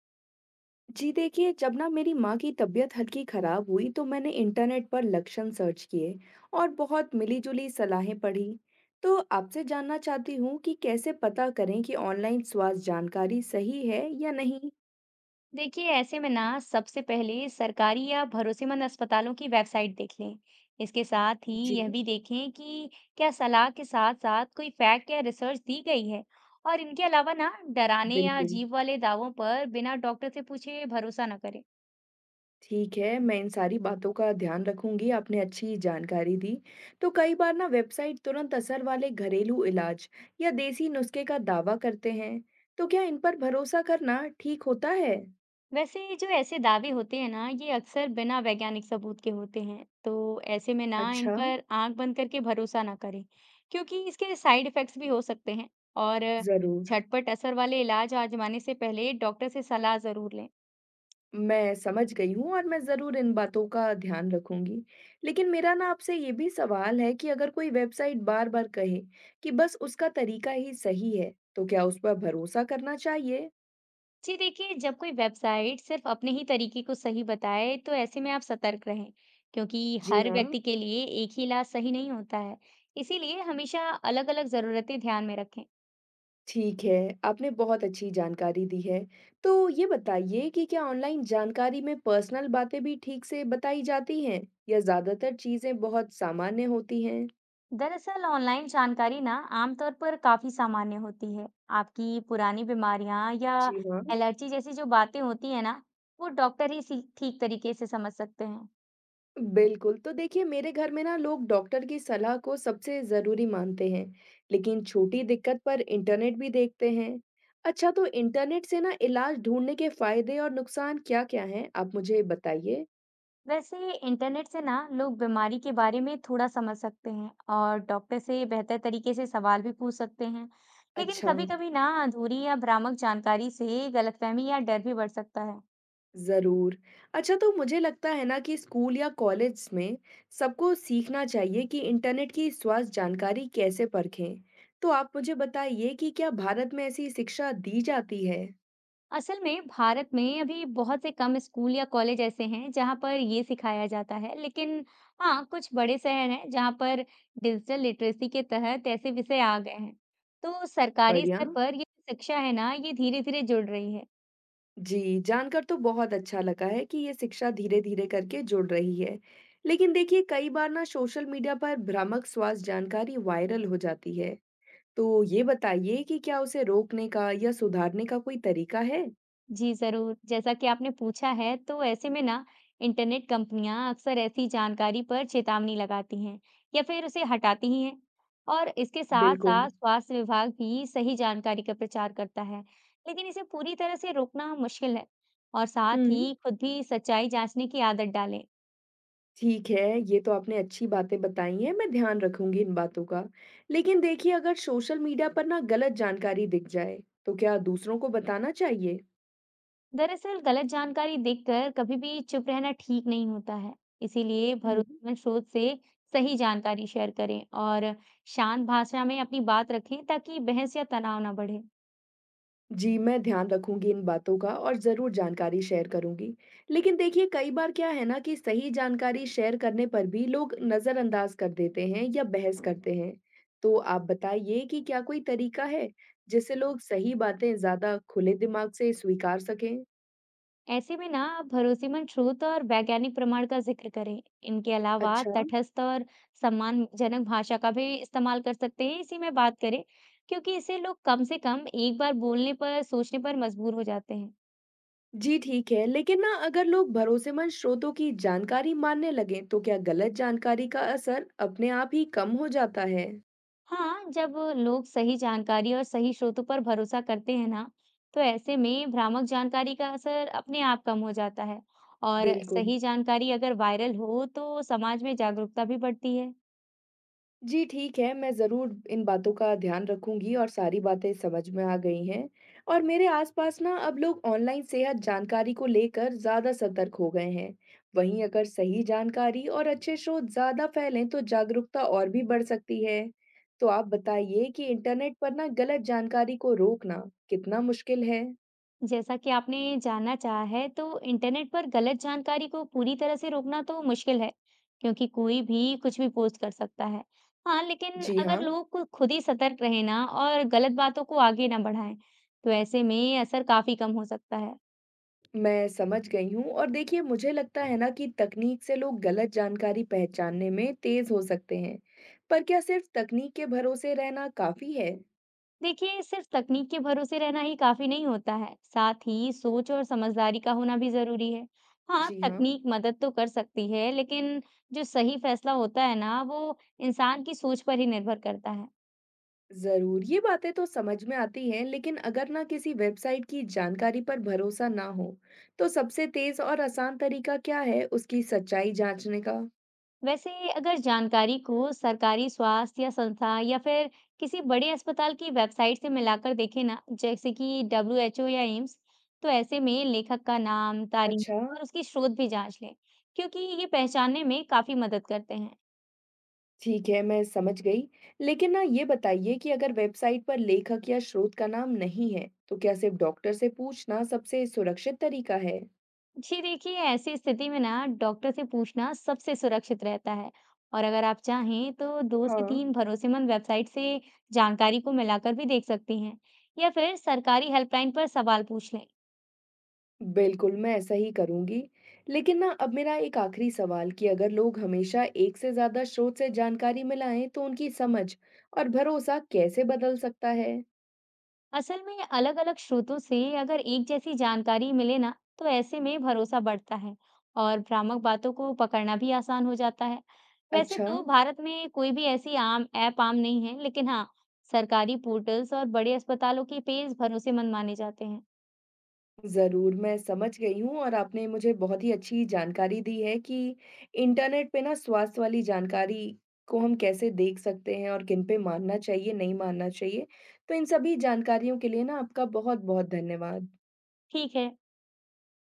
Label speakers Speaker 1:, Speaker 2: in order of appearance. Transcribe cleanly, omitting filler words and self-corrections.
Speaker 1: जी देखिए, जब ना मेरी माँ की तबीयत हल्की खराब हुई तो मैंने इंटरनेट पर लक्षण सर्च किए और बहुत मिलीजुली सलाहें पढ़ी। तो आपसे जानना चाहती हूँ कि कैसे पता करें कि ऑनलाइन स्वास्थ्य जानकारी सही है या नहीं?
Speaker 2: देखिए, ऐसे में ना सबसे पहले सरकारी या भरोसेमंद अस्पतालों की वेबसाइट देख लें। इसके साथ ही
Speaker 1: जी,
Speaker 2: यह भी देखें कि क्या सलाह के साथ साथ कोई फैक्ट या रिसर्च दी गई है। और इनके अलावा ना डराने या
Speaker 1: बिल्कुल।
Speaker 2: अजीब वाले दावों पर बिना डॉक्टर से पूछे भरोसा ना करें।
Speaker 1: ठीक है, मैं इन सारी बातों का ध्यान रखूंगी। आपने अच्छी जानकारी दी। तो कई बार ना वेबसाइट तुरंत असर वाले घरेलू इलाज या देसी नुस्खे का दावा करते हैं। तो क्या इन पर भरोसा करना ठीक होता है?
Speaker 2: वैसे जो ऐसे दावे होते हैं ना, ये अक्सर बिना वैज्ञानिक सबूत के होते हैं, तो ऐसे में ना इन
Speaker 1: अच्छा,
Speaker 2: पर आँख बंद करके भरोसा ना करें, क्योंकि इसके साइड इफ़ेक्ट्स भी हो सकते हैं। और
Speaker 1: जरूर।
Speaker 2: झटपट असर वाले इलाज आजमाने से पहले डॉक्टर से सलाह ज़रूर लें।
Speaker 1: मैं समझ गई हूँ और मैं ज़रूर इन बातों का ध्यान रखूंगी। लेकिन मेरा ना आपसे ये भी सवाल है कि अगर कोई वेबसाइट बार-बार कहे कि बस उसका तरीका ही सही है, तो क्या उस पर भरोसा करना चाहिए?
Speaker 2: जी देखिए, जब कोई वेबसाइट सिर्फ अपने ही तरीके को सही बताए, तो ऐसे में आप सतर्क रहें, क्योंकि
Speaker 1: जी
Speaker 2: हर
Speaker 1: हाँ,
Speaker 2: व्यक्ति के लिए एक ही इलाज सही नहीं होता है, इसीलिए हमेशा अलग-अलग ज़रूरतें ध्यान में रखें।
Speaker 1: ठीक है। आपने बहुत अच्छी जानकारी दी है। तो ये बताइए कि क्या ऑनलाइन जानकारी में पर्सनल बातें भी ठीक से बताई जाती हैं या ज़्यादातर चीज़ें बहुत सामान्य होती हैं?
Speaker 2: दरअसल ऑनलाइन जानकारी ना आमतौर पर काफी सामान्य होती है। आपकी पुरानी बीमारियां या
Speaker 1: जी हाँ।
Speaker 2: एलर्जी जैसी जो बातें होती है ना, वो डॉक्टर ही ठीक तरीके से समझ सकते हैं।
Speaker 1: बिल्कुल, तो देखिए मेरे घर में ना लोग डॉक्टर की सलाह को सबसे ज़रूरी मानते हैं, लेकिन छोटी दिक्कत पर इंटरनेट भी देखते हैं। अच्छा, तो इंटरनेट से ना इलाज ढूँढने के फ़ायदे और नुकसान क्या-क्या हैं? आप मुझे बताइए।
Speaker 2: वैसे इंटरनेट से ना लोग बीमारी के बारे में थोड़ा समझ सकते हैं और डॉक्टर से बेहतर तरीके से सवाल भी पूछ सकते हैं, लेकिन
Speaker 1: अच्छा,
Speaker 2: कभी-कभी ना अधूरी या भ्रामक जानकारी से गलतफहमी या डर भी बढ़ सकता है।
Speaker 1: ज़रूर। अच्छा, तो मुझे लगता है ना कि स्कूल या कॉलेज में सबको सीखना चाहिए कि इंटरनेट की स्वास्थ्य जानकारी कैसे परखें। तो आप मुझे बताइए कि क्या भारत में ऐसी शिक्षा दी जाती है?
Speaker 2: असल में भारत में अभी बहुत से कम स्कूल या कॉलेज ऐसे हैं जहां पर ये सिखाया जाता है, लेकिन हाँ, कुछ बड़े शहर हैं जहां पर डिजिटल लिटरेसी के तहत ऐसे विषय आ गए हैं। तो सरकारी
Speaker 1: बढ़िया।
Speaker 2: स्तर पर ये शिक्षा है ना, ये धीरे धीरे जुड़ रही है।
Speaker 1: जी, जानकर तो बहुत अच्छा लगा है कि ये शिक्षा धीरे-धीरे करके जुड़ रही है। लेकिन देखिए कई बार ना सोशल मीडिया पर भ्रामक स्वास्थ्य जानकारी वायरल हो जाती है। तो ये बताइए कि क्या उसे रोकने का या सुधारने का कोई तरीका है?
Speaker 2: जी, ज़रूर। जैसा कि आपने पूछा है, तो ऐसे में ना इंटरनेट कंपनियां अक्सर ऐसी जानकारी पर चेतावनी लगाती हैं या फिर उसे हटाती ही हैं। और इसके
Speaker 1: बिल्कुल।
Speaker 2: साथ-साथ स्वास्थ्य विभाग भी सही जानकारी का प्रचार करता है, लेकिन इसे पूरी तरह से रोकना मुश्किल है। और साथ
Speaker 1: हुँ,
Speaker 2: ही खुद भी सच्चाई जांचने की आदत डालें।
Speaker 1: ठीक है, ये तो आपने अच्छी बातें बताई हैं, मैं ध्यान रखूँगी इन बातों का। लेकिन देखिए अगर सोशल मीडिया पर ना गलत जानकारी दिख जाए, तो क्या दूसरों को बताना चाहिए?
Speaker 2: दरअसल गलत जानकारी देखकर कभी भी चुप रहना ठीक नहीं होता है, इसीलिए
Speaker 1: हुँ।
Speaker 2: भरोसेमंद स्रोत से सही जानकारी शेयर करें और शांत भाषा में अपनी बात रखें, ताकि बहस या तनाव ना बढ़े।
Speaker 1: जी, मैं ध्यान रखूंगी इन बातों का और ज़रूर जानकारी शेयर करूंगी। लेकिन देखिए कई बार क्या है ना कि सही जानकारी शेयर करने पर भी लोग नज़रअंदाज कर देते हैं या बहस करते हैं। तो आप बताइए कि क्या कोई तरीका है जिससे लोग सही बातें ज़्यादा खुले दिमाग से स्वीकार सकें?
Speaker 2: ऐसे में ना आप भरोसेमंद स्रोत और वैज्ञानिक प्रमाण का जिक्र करें। इनके अलावा
Speaker 1: अच्छा,
Speaker 2: तटस्थ और सम्मानजनक भाषा का भी इस्तेमाल कर सकते हैं, इसी में बात करें, क्योंकि इसे लोग कम से कम एक बार बोलने पर सोचने पर मजबूर हो जाते हैं।
Speaker 1: जी ठीक है। लेकिन ना अगर लोग भरोसेमंद स्रोतों की जानकारी मानने लगें तो क्या गलत जानकारी का असर अपने आप ही कम हो जाता है?
Speaker 2: हाँ, जब लोग सही जानकारी और सही स्रोतों पर भरोसा करते हैं ना, तो ऐसे में भ्रामक जानकारी का असर अपने आप कम हो जाता है और
Speaker 1: बिल्कुल।
Speaker 2: सही जानकारी अगर वायरल हो तो समाज में जागरूकता भी बढ़ती है।
Speaker 1: जी, ठीक है, मैं ज़रूर इन बातों का ध्यान रखूँगी और सारी बातें समझ में आ गई हैं। और मेरे आसपास ना अब लोग ऑनलाइन सेहत जानकारी को लेकर ज़्यादा सतर्क हो गए हैं। वहीं अगर सही जानकारी और अच्छे स्रोत ज़्यादा फैलें तो जागरूकता और भी बढ़ सकती है। तो आप बताइए कि इंटरनेट पर ना गलत जानकारी को रोकना कितना मुश्किल है?
Speaker 2: जैसा कि आपने जानना चाहा है, तो इंटरनेट पर गलत जानकारी को पूरी तरह से रोकना तो मुश्किल है, क्योंकि कोई भी कुछ भी पोस्ट कर सकता है। हाँ, लेकिन
Speaker 1: जी
Speaker 2: अगर
Speaker 1: हाँ।
Speaker 2: लोग खुद ही सतर्क रहे ना और गलत बातों को आगे ना बढ़ाएं, तो ऐसे में असर काफी कम हो सकता है।
Speaker 1: मैं समझ गई हूँ और देखिए मुझे लगता है ना कि तकनीक से लोग गलत जानकारी पहचानने में तेज हो सकते हैं पर क्या सिर्फ तकनीक के भरोसे रहना काफी है?
Speaker 2: देखिए, सिर्फ तकनीक के भरोसे रहना ही काफी नहीं होता है, साथ ही सोच और समझदारी का होना भी जरूरी है। हाँ,
Speaker 1: जी हाँ।
Speaker 2: तकनीक मदद तो कर सकती है, लेकिन जो सही फैसला होता है ना, वो इंसान की सोच पर ही निर्भर करता है।
Speaker 1: जरूर, ये बातें तो समझ में आती हैं लेकिन अगर ना किसी वेबसाइट की जानकारी पर भरोसा ना हो तो सबसे तेज और आसान तरीका क्या है उसकी सच्चाई जांचने का?
Speaker 2: वैसे अगर जानकारी को सरकारी स्वास्थ्य या संस्था या फिर किसी बड़े अस्पताल की वेबसाइट से मिलाकर देखें ना, जैसे कि WHO या एम्स, तो ऐसे में लेखक का नाम, तारीख
Speaker 1: अच्छा,
Speaker 2: और उसकी स्रोत भी जांच लें, क्योंकि ये पहचानने में काफी मदद करते हैं।
Speaker 1: ठीक है, मैं समझ गई। लेकिन ना ये बताइए कि अगर वेबसाइट पर लेखक या स्रोत का नाम नहीं है, तो क्या सिर्फ डॉक्टर से पूछना सबसे सुरक्षित तरीका है?
Speaker 2: जी देखिए, ऐसी स्थिति में ना डॉक्टर से पूछना सबसे सुरक्षित रहता है। और अगर आप चाहें तो दो से
Speaker 1: हाँ,
Speaker 2: तीन भरोसेमंद वेबसाइट से जानकारी को मिलाकर भी देख सकती हैं, या फिर सरकारी हेल्पलाइन पर सवाल पूछ लें।
Speaker 1: बिल्कुल, मैं ऐसा ही करूंगी। लेकिन ना अब मेरा एक आखिरी सवाल कि अगर लोग हमेशा एक से ज्यादा स्रोत से जानकारी मिलाएं, तो उनकी समझ और भरोसा कैसे बदल सकता है?
Speaker 2: असल में अलग-अलग स्रोतों से अगर एक जैसी जानकारी मिले ना, तो ऐसे में भरोसा बढ़ता है और भ्रामक बातों को पकड़ना भी आसान हो जाता है। वैसे
Speaker 1: अच्छा।
Speaker 2: तो भारत में कोई भी ऐसी आम ऐप आम नहीं है, लेकिन हाँ, सरकारी पोर्टल्स और बड़े अस्पतालों के पेज भरोसेमंद माने जाते हैं।
Speaker 1: ज़रूर, मैं समझ गई हूँ और आपने मुझे बहुत ही अच्छी जानकारी दी है कि इंटरनेट पे ना स्वास्थ्य वाली जानकारी को हम कैसे देख सकते हैं और किन पे मानना चाहिए, नहीं मानना चाहिए। तो इन सभी जानकारियों के लिए ना आपका बहुत-बहुत धन्यवाद।
Speaker 2: ठीक है,